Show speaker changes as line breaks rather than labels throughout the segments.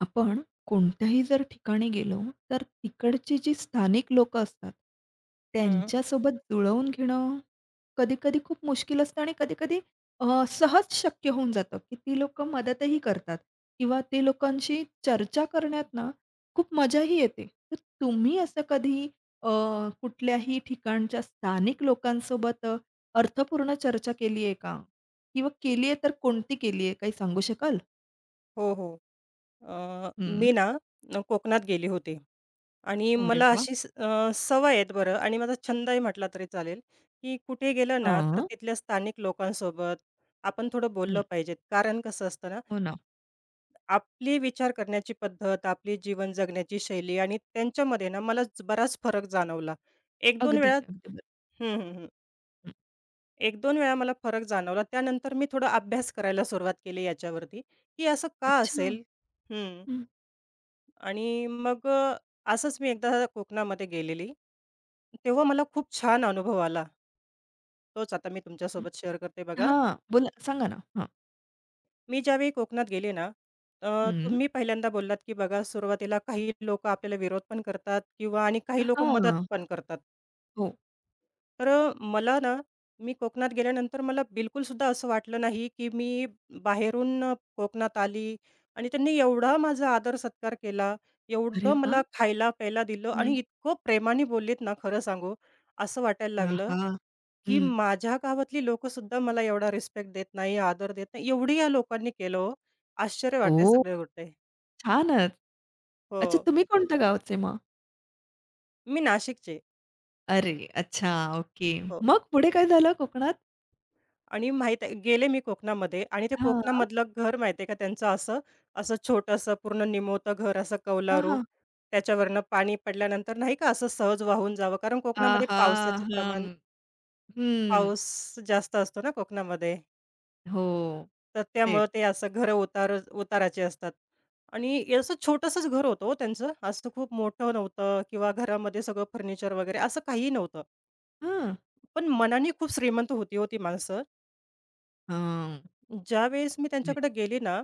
आपण कोणत्याही जर ठिकाणी गेलो, तर तिकडची जी स्थानिक लोकं असतात,
हं.
त्यांच्यासोबत जुळवून घेणं कधी-कधी खूप मुश्किल असतं आणि कधी-कधी सहज शक्य होऊन जातं, की ती लोकं मदतही करतात किंवा ते लोकांशी चर्चा करण्यात ना खूप मजाही येते. तर तुम्ही असं कधी अ, कुठल्याही ठिकाणच्या स्थानिक लोकांसोबत अर्थपूर्ण चर्चा केली आहे का? किंवा केली आहे तर कोणती केली आहे? काही सांगू शकाल?
हो, हो. अ,
हं.
मी ना कोकणात गेली होती आणि
अरे
मला
वाह!
अशी सवय आहेत बरं आणि माझा छंदही म्हटला तरी चालेल, की कुठे गेलं ना तर
हां.
तिथल्या स्थानिक लोकांसोबत आपण थोडं बोललं
हं,
पाहिजे. कारण कसं असतं ना,
हो ना.
आपली विचार करण्याची पद्धत, आपली जीवन जगण्याची शैली आणि त्यांच्यामध्ये ना मला बराच फरक जाणवला. 1-2
अगदी,
वेळा
अगदी बरोबर.
हं, हं, हं.
हं.
1-2 वेळा मला फरक जाणवला. त्यानंतर मी थोडा अभ्यास करायला सुरुवात केली याच्यावरती, की असं का
अच्छा.
असेल? हं.
हं,
आणि मग असंच मी एकदा कोकणामध्ये गेलेली. तेव्हा मला खूप छान अनुभव आला. तोच आता मी
हं.
तुमच्यासोबत शेअर करते बघा.
हां, बोला सांगा ना? हां.
मी ज्यावेळी कोकणात गेले ना, अ,
हं.
तुम्ही पहिल्यांदा बोललात, की बघा सुरुवातीला काही लोकं आपल्याला विरोध पण करतात किंवा आणि काही लोकं मदत
हां.
पण करतात.
हो.
तर मला ना, मी कोकणात गेल्यानंतर मला बिलकुलसुद्धा असं वाटलं नाही, की मी बाहेरून कोकणात आली आणि त्यांनी एवढा माझा आदर-सत्कार केला,
अरे
एवढं
वाह!
मला खायला-प्यायला दिलं आणि
हं.
इतकं प्रेमाने बोललेत ना, खरं सांगू, असं वाटायला
हां,
लागलं,
हां.
की
हं.
माझ्या गावातली लोकंसुद्धा मला एवढा रिस्पेक्ट देत नाही, आदर देत नाही. एवढी या लोकांनी केलं हो. आश्चर्य वाटायला
ओह!
सगळं होतंय.
छानच.
हो.
अच्छा, तुम्ही कोणत्या गावचे मग?
मी नाशिकची.
अरे! अच्छा, ओके.
हो.
मग पुढे काय झालं कोकणात?
आणि माहीत आहे गेले मी कोकणामध्ये आणि ते
हां.
कोकणामधलं घर माहिती आहे का त्यांचं असं, असं छोटंसं पूर्ण निमवतं घर असं
हां,
कौलारू.
हां.
त्याच्यावरनं पाणी पडल्यानंतर नाही का असं सहज वाहून जावं कारण कोकणामध्ये
आहा!
पावसाचं
हं.
प्रमाण
हं.
पाऊस जास्त असतो ना कोकणामध्ये.
हो,
तर त्यामुळं
तेच.
ते असं घरं उतार उताराचे असतात. आणि असं छोटंसंच घर होतं हो त्यांचं. असं खूप मोठं नव्हतं किंवा घरामध्ये सगळं फर्निचर वगैरे असं काहीही नव्हतं.
हां.
पण
हं.
मनाने खूप श्रीमंत होती हो माणसं.
हां.
ज्यावेळेस मी
हं.
त्यांच्याकडे गेली ना,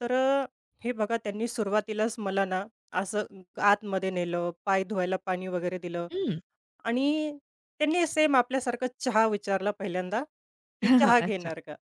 तर हे बघा त्यांनी सुरुवातीलाच मला ना, असं आतमध्ये नेलं, पाय धुवायला पाणी वगैरे दिलं आणि त्यांनी सेम आपल्यासारखं चहा विचारला पहिल्यांदा, की
हां,
चहा
अच्छा.
घेणार का?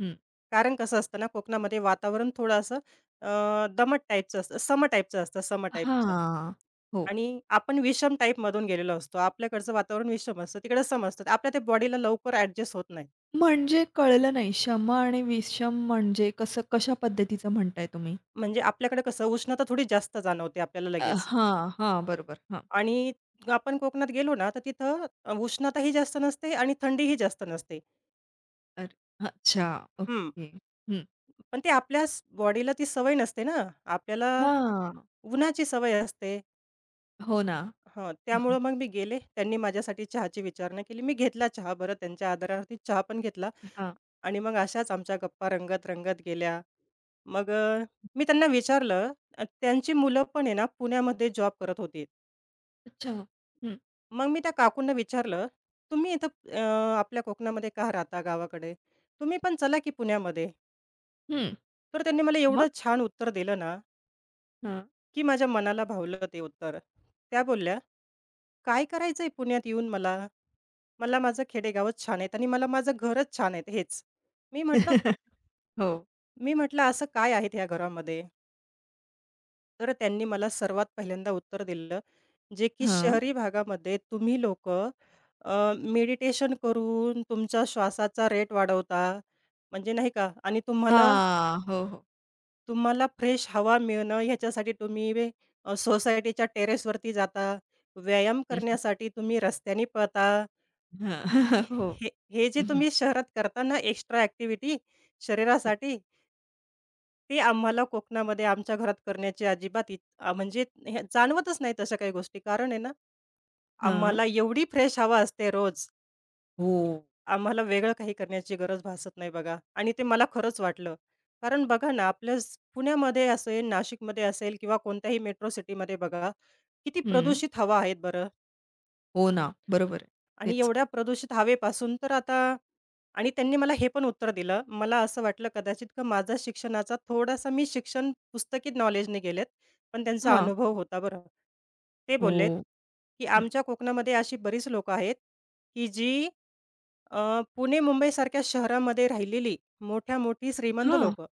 हं.
कारण कसं असतं ना, कोकणामध्ये वातावरण थोडं असं दमट टाईपचं असतं, सम टाईपचं असतं, सम टाईपचं
हां. हो.
आणि आपण विषम टाईपमधून गेलेलो असतो. आपल्याकडचं वातावरण विषम असतं, तिकडं सम असतं. आपल्या त्या बॉडीला लवकर ॲडजस्ट होत नाही.
म्हणजे कळलं नाही. शमा आणि विषम म्हणजे कसं कशा पद्धतीचं म्हणताय तुम्ही?
म्हणजे आपल्याकडे कसं उष्णता थोडी जास्त जाणवते आपल्याला लगेच.
हां, हां. बरोबर. हां.
आणि आपण कोकणात गेलो ना, तर तिथं उष्णताही जास्त नसते आणि थंडीही जास्त नसते.
अरे, अच्छा.
हं.
ओके. हं.
पण ते आपल्याच बॉडीला ती सवय नसते ना. आपल्याला
हां.
उन्हाची सवय असते.
हो ना.
हं,
हं, हं.
त्यामुळं मग मी गेले. त्यांनी माझ्यासाठी चहाची विचारणा केली. मी घेतला चहा बरं त्यांच्या आदरार्थी चहा पण घेतला
हां.
आणि मग अशाच आमच्या गप्पा रंगत-रंगत गेल्या. मग मी त्यांना विचारलं, त्यांची मुलं पण आहे ना, पुण्यामध्ये जॉब करत होती.
अच्छा. हं,
मग मी त्या काकूंना विचारलं, "तुम्ही इथं आपल्या कोकणामध्ये का राहता गावाकडे? तुम्ही पण चला की पुण्यामध्ये."
हं.
तर त्यांनी मला
मग?
एवढं छान उत्तर दिलं ना,
हां.
की माझ्या मनाला भावलं ते उत्तर. त्या बोलल्या, "काय करायचंय पुण्यात येऊन मला? मला माझं खेडेगावच छान आहेत आणि मला माझं घरच छान आहेत हेच." मी म्हटलं
हो.
मी म्हटलं, "असं काय आहे त्या घरामध्ये?" तर त्यांनी मला सर्वात पहिल्यांदा उत्तर दिलं जे की
हां.
शहरी भागामध्ये तुम्ही लोकं मेडिटेशन करून तुमचा श्वासाचा रेट वाढवता, म्हणजे नाही का आणि तुम्हाला
हां. हो, हो.
तुम्हाला फ्रेश हवा मिळणं ह्याच्यासाठी तुम्ही सोसायटीच्या टेरेसवरती जाता, व्यायाम
हं,
करण्यासाठी तुम्ही रस्त्याने पळता.
हां. हो.
हे हे जे
हं.
तुम्ही शहरात करता ना एक्स्ट्रा ॲक्टिव्हिटी
हां.
शरीरासाठी, ते आम्हाला कोकणामध्ये आमच्या घरात करण्याची अजिबात म्हणजे हे जाणवतच नाही तशा काही गोष्टी. कारण आहे ना,
हां.
आम्हाला एवढी फ्रेश हवा असते रोज.
हो.
आम्हाला वेगळं काही करण्याची गरज भासत नाही बघा आणि ते मला खरंच वाटलं. कारण बघा ना, आपल्या पुण्यामध्ये असेल, नाशिकमध्ये असेल किंवा कोणत्याही मेट्रो सिटीमध्ये बघा, किती
हं.
प्रदूषित हवा आहेत बरं.
हो ना. बरोबर आहे.
आणि
तेच.
एवढ्या प्रदूषित हवेपासून तर आता आणि त्यांनी मला हे पण उत्तर दिलं. मला असं वाटलं कदाचित का माझा शिक्षणाचा थोडासा मी शिक्षण पुस्तकी नॉलेजने गेलेत, पण त्यांचा
हां.
अनुभव होता बरं. ते बोललेत,
हो.
की
हं.
"आमच्या कोकणामध्ये अशी बरीच लोकं आहेत, की जी पुणे मुंबईसारख्या शहरामध्ये राहिलेली मोठ्या-मोठी श्रीमंत
हां.
लोकं.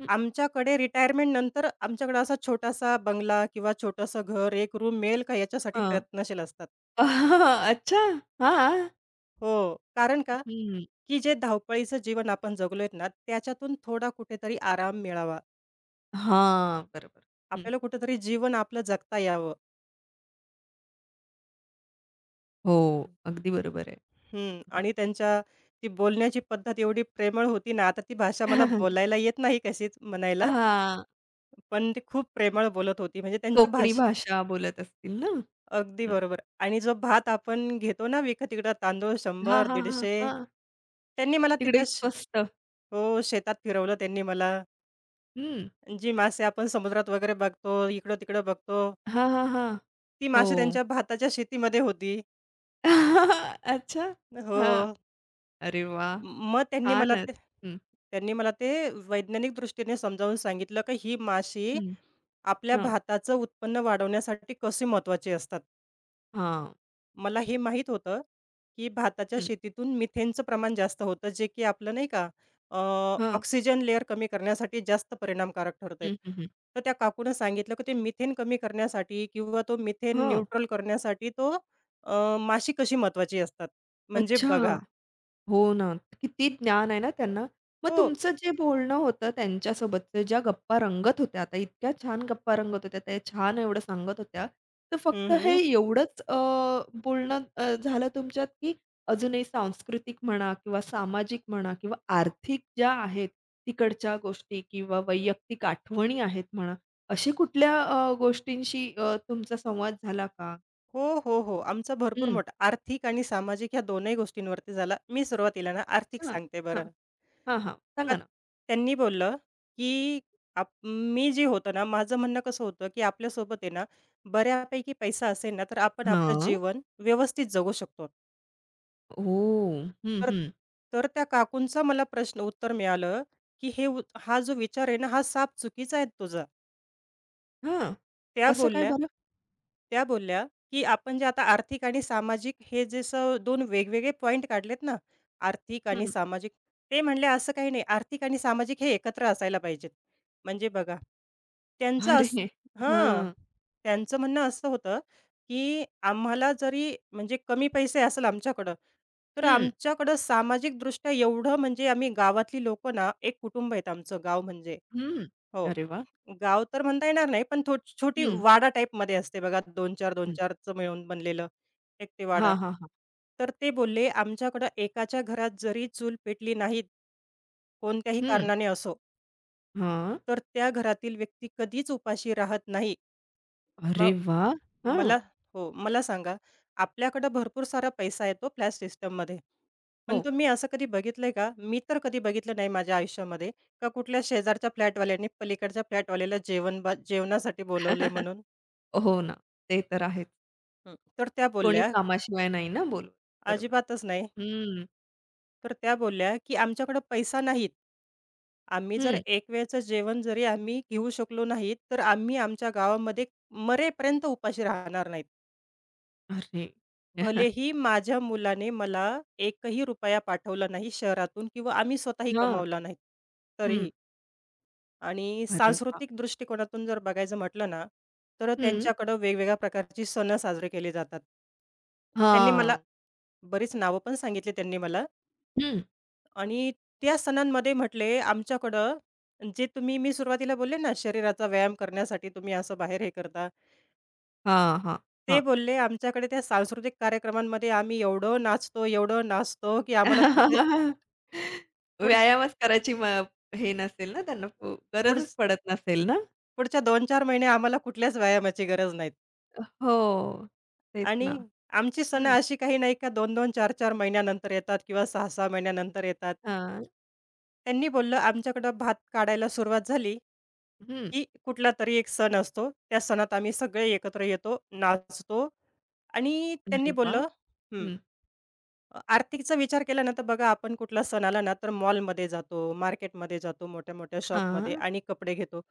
हं.
आमच्याकडे रिटायरमेंट नंतर आमच्याकडे असा छोटासा बंगला किंवा छोटंसं घर, एक रूम मिळेल का याच्यासाठी
हां.
प्रयत्नशील असतात.
अच्छा. हां.
हो, कारण का,
हं.
की जे धावपळीचं जीवन आपण जगलोय ना, त्याच्यातून थोडा कुठेतरी आराम मिळावा.
हां, बरोबर. हं.
आपल्याला कुठेतरी जीवन आपलं जगता यावं.
हो, अगदी बरोबर आहे.
हं.
हं.
आणि त्यांच्या ती बोलण्याची पद्धत एवढी प्रेमळ होती ना, आता ती भाषा मला बोलायला येत नाही कशीच म्हणायला,
हां.
पण ती खूप प्रेमळ बोलत होती. म्हणजे त्यांच्या
कोकणी भाषा बोलत असतील ना?
अगदी
हं.
बरोबर आणि जो भात आपण घेतो ना विकत तिकडं तांदूळ
हां,
100,
हां, हां,
150
हां.
त्यांनी मला
तिकडे
तिथं
स्वस्त.
हो, शेतात फिरवलं त्यांनी मला.
हं.
जी मासे आपण समुद्रात वगैरे बघतो, इकडं-तिकडं बघतो,
हां, हां, हां.
ती
हो.
मासे त्यांच्या भाताच्या शेतीमध्ये होती.
अच्छा.
हो.
हां. अरे वाह!
मग त्यांनी मला
छानच.
ते
हं,
त्यांनी मला ते वैज्ञानिक दृष्टीने समजावून सांगितलं, की ही माशी
हं.
आपल्या
हां.
भाताचं उत्पन्न वाढवण्यासाठी कशी महत्त्वाची असतात.
हां.
मला हे माहीत होतं, की भाताच्या
हं.
शेतीतून मिथेनचं प्रमाण जास्त होतं, जे की आपलं नाही का अ,
हां.
ऑक्सिजन लेयर कमी करण्यासाठी जास्त परिणामकारक ठरत आहेत.
हं, हं, हं.
तर त्या काकूनं सांगितलं, की ते मिथेन कमी करण्यासाठी किंवा तो मिथेन
हां.
न्यूट्रल करण्यासाठी तो माशी कशी महत्त्वाची असतात. म्हणजे
अच्छा.
बघा
हो ना. किती ज्ञान आहे ना त्यांना. मग
हो.
तुमचं जे बोलणं होतं त्यांच्यासोबतचं, ज्या गप्पा रंगत होत्या, आता इतक्या छान गप्पा रंगत होत्या, त्या छान एवढं सांगत होत्या. तर
हं,
फक्त हे
हं.
एवढंच बोलणं झालं तुमच्यात, की अजूनही सांस्कृतिक म्हणा किंवा सामाजिक म्हणा किंवा आर्थिक ज्या आहेत तिकडच्या गोष्टी किंवा वैयक्तिक आठवणी आहेत म्हणा, अशी कुठल्या गोष्टींशी तुमचा संवाद झाला का?
हो, हो, हो. आमचा भरपूर
हं.
मोठा आर्थिक आणि सामाजिक ह्या दोनही गोष्टींवरती झाला. मी सुरुवातीला ना आर्थिक
अच्छा.
सांगते
हां.
बरं.
हां, हां.
का
सांगा ना.
त्यांनी बोललं, की आप मी जे होतं ना, माझं म्हणणं कसं होतं, की आपल्यासोबत आहे ना, बऱ्यापैकी पैसा असेल ना, तर आपण आपलं
हां.
जीवन व्यवस्थित जगू शकतो.
ओह! हं,
तर
हं.
तर त्या काकूंचा मला प्रश्न उत्तर मिळालं, की हे हा जो विचार आहे ना, हा साप चुकीचा आहे तुझा.
हां.
त्या
कसं काय
बोलल्या
बरं?
त्या बोलल्या, की आपण जे आता आर्थिक आणि सामाजिक हे जसं 2 वेगवेगळे पॉइंट काढलेत ना, आर्थिक आणि
हं.
सामाजिक. ते म्हणले असं काही नाही, आर्थिक आणि सामाजिक हे एकत्र असायला पाहिजेत. म्हणजे बघा, त्यांचं
अरे!
असं हां,
हां.
त्यांचं म्हणणं असं होतं, की आम्हाला जरी म्हणजे कमी पैसे असेल आमच्याकडं, तर
हं,
आमच्याकडं सामाजिकदृष्ट्या एवढं म्हणजे आम्ही गावातली लोकं ना, एक कुटुंब आहेत आमचं गाव म्हणजे.
हं.
हो.
अरे वाह!
गाव तर म्हणता येणार नाही, पण छोटी
हं,
वाडा टाईपमध्ये असते बघा 2-4,
हं.
2-4चं मिळून बनलेलं एक ते वाडा,
हां, हां, हां.
तर ते बोलले, "आमच्याकडं एकाच्या घरात जरी चूल पेटली नाही, कोणत्याही
हं.
कारणाने असो,
हां.
तर त्या घरातील व्यक्ती कधीच उपाशी राहत नाही."
अरे
मग
वाह! हां.
मला हो, मला सांगा, आपल्याकडं भरपूर सारा पैसा येतो फ्लॅट सिस्टममध्ये. पण
हो.
तुम्ही असं कधी बघितलंय का? मी तर कधी बघितलं नाही माझ्या आयुष्यामध्ये, का कुठल्या शेजारच्या फ्लॅटवाल्याने पलीकडच्या फ्लॅटवाल्याला जेवण जेवणासाठी बोलवलंय म्हणून.
हो ना. ते तर आहेच.
हं. तर त्या
कोणी
बोलल्या,
कामाशिवाय नाही ना बोलवत. बरोबर.
"अजिबातच नाही."
हं,
तर त्या बोलल्या, की "आमच्याकडे पैसा नाहीत. आम्ही जर
हं.
एक वेळचं जेवण जरी आम्ही घेऊ शकलो नाहीत, तर आम्ही आमच्या गावामध्ये मरेपर्यंत उपाशी राहणार नाहीत.
अरे! हां.
भलेही माझ्या मुलाने मला एकही रुपया पाठवला नाही शहरातून किंवा आम्ही स्वतःही कमावला नाही,
हं.
तरीही." आणि
अरे वाह!
सांस्कृतिक दृष्टिकोनातून जर बघायचं म्हटलं ना, तर
हं.
त्यांच्याकडं वेगवेगळ्या प्रकारची सण साजरे केले जातात. त्यांनी मला
हां.
बरीच नावं पण सांगितली त्यांनी मला.
हं.
आणि त्या सणांमध्ये म्हटले आमच्याकडं जे तुम्ही मी सुरुवातीला बोलले ना, शरीराचा व्यायाम करण्यासाठी तुम्ही असं बाहेर हे करता.
हां, हां,
ते
हां.
बोलले, "आमच्याकडे त्या सांस्कृतिक कार्यक्रमांमध्ये आम्ही एवढं नाचतो, एवढं नाचतो, की आम्हाला पुढचे पुढच
व्यायामच करायची म हे नसेल ना त्यांना,
पुढच
गरजच पडत नसेल ना?
पुढच्या 2-4 महिने आम्हाला कुठल्याच व्यायामाची गरज नाही."
हो. तेच ना.
आणि आमची सणं
हं.
अशी काही नाही का 2-2, 4-4 महिन्यानंतर येतात किंवा 6-6 महिन्यानंतर येतात.
हां.
त्यांनी बोललं, "आमच्याकडं भात काढायला सुरुवात झाली
हं.
की कुठलातरी एक सण असतो. त्या सणात आम्ही सगळे एकत्र येतो, नाचतो आणि त्यांनी
अरे वाह!
बोललं हं,
हं.
आर्थिकचा विचार केला ना, तर बघा आपण कुठला सण आला ना, तर मॉलमध्ये जातो, मार्केटमध्ये जातो, मोठ्या-मोठ्या शॉपमध्ये
हां.
आणि कपडे घेतो.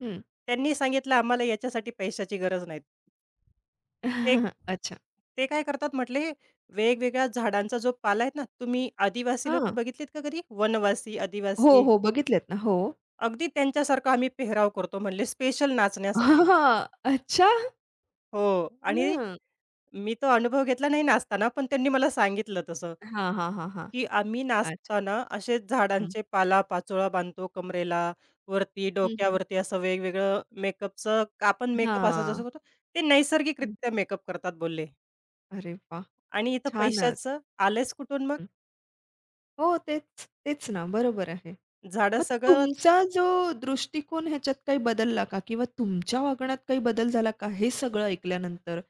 हं.
त्यांनी सांगितलं आम्हाला याच्यासाठी पैशाची गरज नाही. ते
अच्छा.
ते काय करतात म्हटले, वेगवेगळ्या झाडांचा जो पाला आहेत ना, तुम्ही आदिवासी लोकं
हां.
बघितलीत का कधी? वनवासी,
हो,
आदिवासी
हो. बघितलेत ना. हो.
अगदी त्यांच्यासारखा आम्ही पेहराव करतो म्हणले स्पेशल नाचण्यासाठी.
हा, अच्छा!
हो आणि
हं.
मी तो अनुभव घेतला नाही नाचताना, पण त्यांनी मला सांगितलं तसं,
हां, हां, हां, हां.
की आम्ही
अच्छा.
नाचताना असे
हं.
झाडांचे पाला-पाचोळा बांधतो कमरेला, वरती
हं, हं.
डोक्यावरती असं वेगवेगळं मेकअपचं आपण मेकअप असा जसं
हां.
करतो, ते
हं.
नैसर्गिकरित्या मेकअप करतात बोलले.
अरे वाह!
आणि इथं
छानच.
पैशाचं आलेच कुठून मग?
हं. हो, तेच, तेच ना. बरोबर आहे.
झाडं
मग
सगळं
तुमचा जो दृष्टिकोन ह्याच्यात काही बदलला का? किंवा तुमच्या वागण्यात काही बदल झाला का? हे सगळं ऐकल्यानंतर?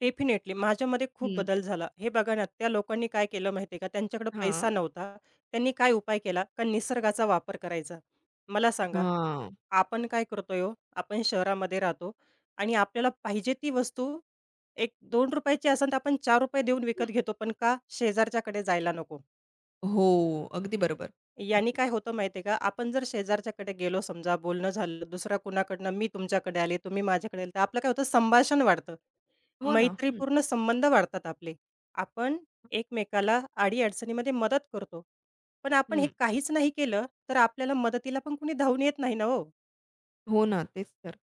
डेफिनेटली माझ्यामध्ये खूप
हं.
बदल झाला. हे बघा ना, त्या लोकांनी काय केलं माहिती आहे का? त्यांच्याकडे
हां.
पैसा नव्हता. त्यांनी काय उपाय केला? का निसर्गाचा वापर करायचा. मला सांगा
हां.
आपण काय करतोय हो, आपण शहरामध्ये राहतो आणि आपल्याला पाहिजे ती वस्तू एक दोन ची असेल, तर आपण ₹4 देऊन
हं.
विकत घेतो, पण का? शेजारच्याकडे जायला नको.
हो. अगदी बरोबर. हं.
याने काय होतं माहिती आहे का? आपण जर शेजारच्याकडे गेलो समजा, बोलणं झालं दुसऱ्या कुणाकडनं, मी तुमच्याकडे आले, तुम्ही माझ्याकडे आले, तर आपलं काय होतं संभाषण वाढतं.
हो ना. हं.
मैत्रीपूर्ण संबंध वाढतात आपले. आपण एकमेकाला मदत करतो. पण आपण हे
हं.
काहीच नाही केलं, तर आपल्याला मदतीला पण कुणी धावून येत नाही ना हो.
हो ना. तेच तर.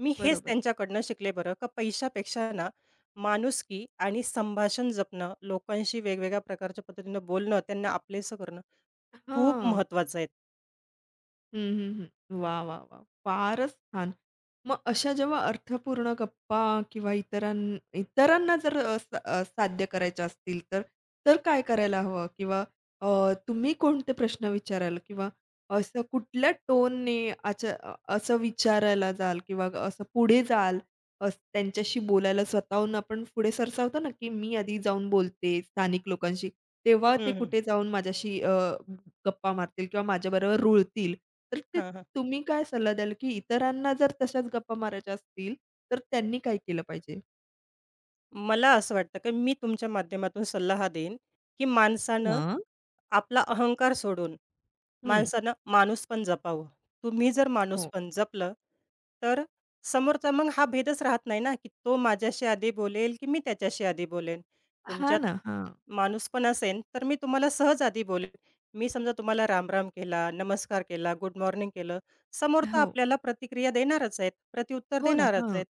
मी हेच
बरोबर.
त्यांच्याकडनं शिकले बरं का पैशापेक्षा ना, माणुसकी आणि संभाषण जपणं, लोकांशी वेगवेगळ्या प्रकारच्या पद्धतीनं बोलणं, त्यांना आपलेसं करणं खूप
हां.
महत्त्वाचं आहे.
हं, हं, हं. वाह, वाह, वाह! फारच छान. मग अशा जेव्हा अर्थपूर्ण गप्पा किंवा इतरांना जर साध्य करायच्या असतील तर, तर काय करायला हवं? किंवा तुम्ही कोणते प्रश्न विचाराल? किंवा असं कुठल्या टोनने असं विचारायला जाल किंवा असं पुढे जाल, असं त्यांच्याशी बोलायला स्वतःहून आपण पुढे सरसावतो ना, की मी आधी जाऊन बोलते स्थानिक लोकांशी, तेव्हा ते
हं, हं.
कुठे जाऊन माझ्याशी गप्पा मारतील किंवा माझ्याबरोबर रुळतील. तर ते
हां, हां.
तुम्ही काय सल्ला द्याल, की इतरांना जर तशाच गप्पा मारायच्या असतील, तर त्यांनी काय केलं पाहिजे?
मला असं वाटतं, की मी तुमच्या माध्यमातून सल्ला हा देईन, की माणसानं
हां.
आपला अहंकार सोडून
हं.
माणसानं माणूसपण जपावं. तुम्ही जर
हो.
माणूसपण जपलं, तर समोरचा मग हा भेदच राहत नाही ना, की तो माझ्याशी आधी बोलेल, की मी त्याच्याशी आधी बोलेन.
हां
तुमच्यात
ना, हां.
माणूसपण असेन, तर मी तुम्हाला सहज आधी बोलेन. मी समजा तुम्हाला राम केला, नमस्कार केला, गुड मॉर्निंग केलं, समोर तर
हो.
आपल्याला प्रतिक्रिया देणारच आहेत, प्रत्युत्तर
हो ना,
देणारच
हां.
आहेत.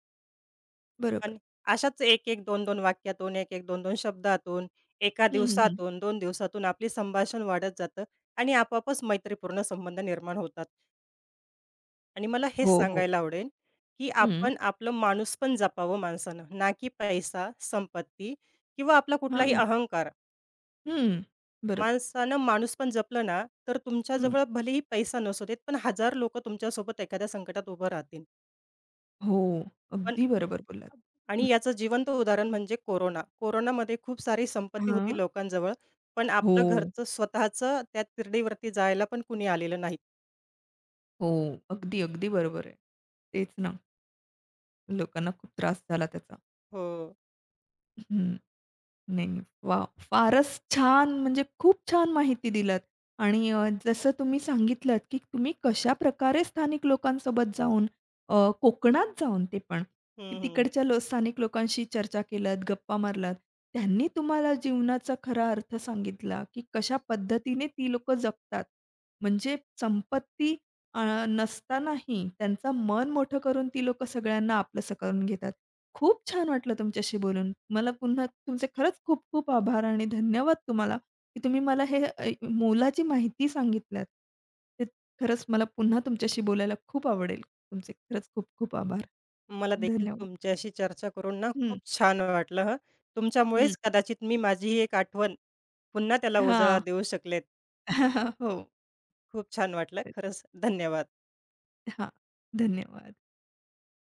बरोबर.
आणि अशाच 1-1, 2-2 वाक्यातून, 1-1, 2-2 शब्दातून, एका
हं, हं, हं.
दिवसातून, 2 दिवसातून आपली संभाषण वाढत जातं आणि आपोआपच मैत्रीपूर्ण संबंध निर्माण होतात. आणि मला हेच
हो, हो.
सांगायला आवडेल, की
हं.
आपण आपलं माणूसपण जपावं माणसानं, ना की पैसा, संपत्ती किंवा आपला कुठलाही
हां.
अहंकार.
हं. बरोबर.
माणसानं माणूसपण जपलं ना, तर
हं.
तुमच्याजवळ भलेही पैसा नसू देत, पण 1000 लोकं तुमच्यासोबत एखाद्या संकटात उभं राहतील.
हो.
पण
अगदी बरोबर बोललात. हं.
आणि याचं जिवंत उदाहरण म्हणजे कोरोना. कोरोनामध्ये खूप सारी संपत्ती होती
हां.
लोकांजवळ, पण आपलं
हो,
घरचं स्वतःचं त्या तिरडीवरती जायला पण कुणी आलेलं नाही.
हो. अगदी, अगदी बरोबर आहे. तेच ना. लोकांना खूप त्रास झाला त्याचा.
हो.
हं. नाही. वॉव! फारच छान, म्हणजे खूप छान माहिती दिलात आणि जसं तुम्ही सांगितलंत, की तुम्ही कशाप्रकारे स्थानिक लोकांसोबत जाऊन कोकणात जाऊन ते पण, की
हं, हं, हं.
तिकडच्या स्थानिक लोकांशी चर्चा केलात, गप्पा मारलात. त्यांनी तुम्हाला जीवनाचा खरा अर्थ सांगितला, की कशा पद्धतीने ती लोकं जगतात. म्हणजे संपत्ती नसतानाही त्यांचं मन मोठं करून ती लोकं सगळ्यांना आपलंसं करून घेतात. खूप छान वाटलं तुमच्याशी बोलून. मला पुन्हा तुमचे खरंच खूप खूप आभार आणि धन्यवाद तुम्हाला, की तुम्ही मला हे मोलाची माहिती सांगितल्यात. ते खरंच मला पुन्हा तुमच्याशी बोलायला खूप आवडेल. तुमचे खरंच खूप खूप आभार.
मला देखील
धन्यवाद.
तुमच्याशी चर्चा करून ना
हं,
खूप छान वाटलं हं.
हं.
तुमच्यामुळेच कदाचित मी माझी ही एक आठवण पुन्हा त्याला उजाळा
हां.
देऊ शकले.
हो.
खूप छान वाटलं. खरंच धन्यवाद.
हां. धन्यवाद.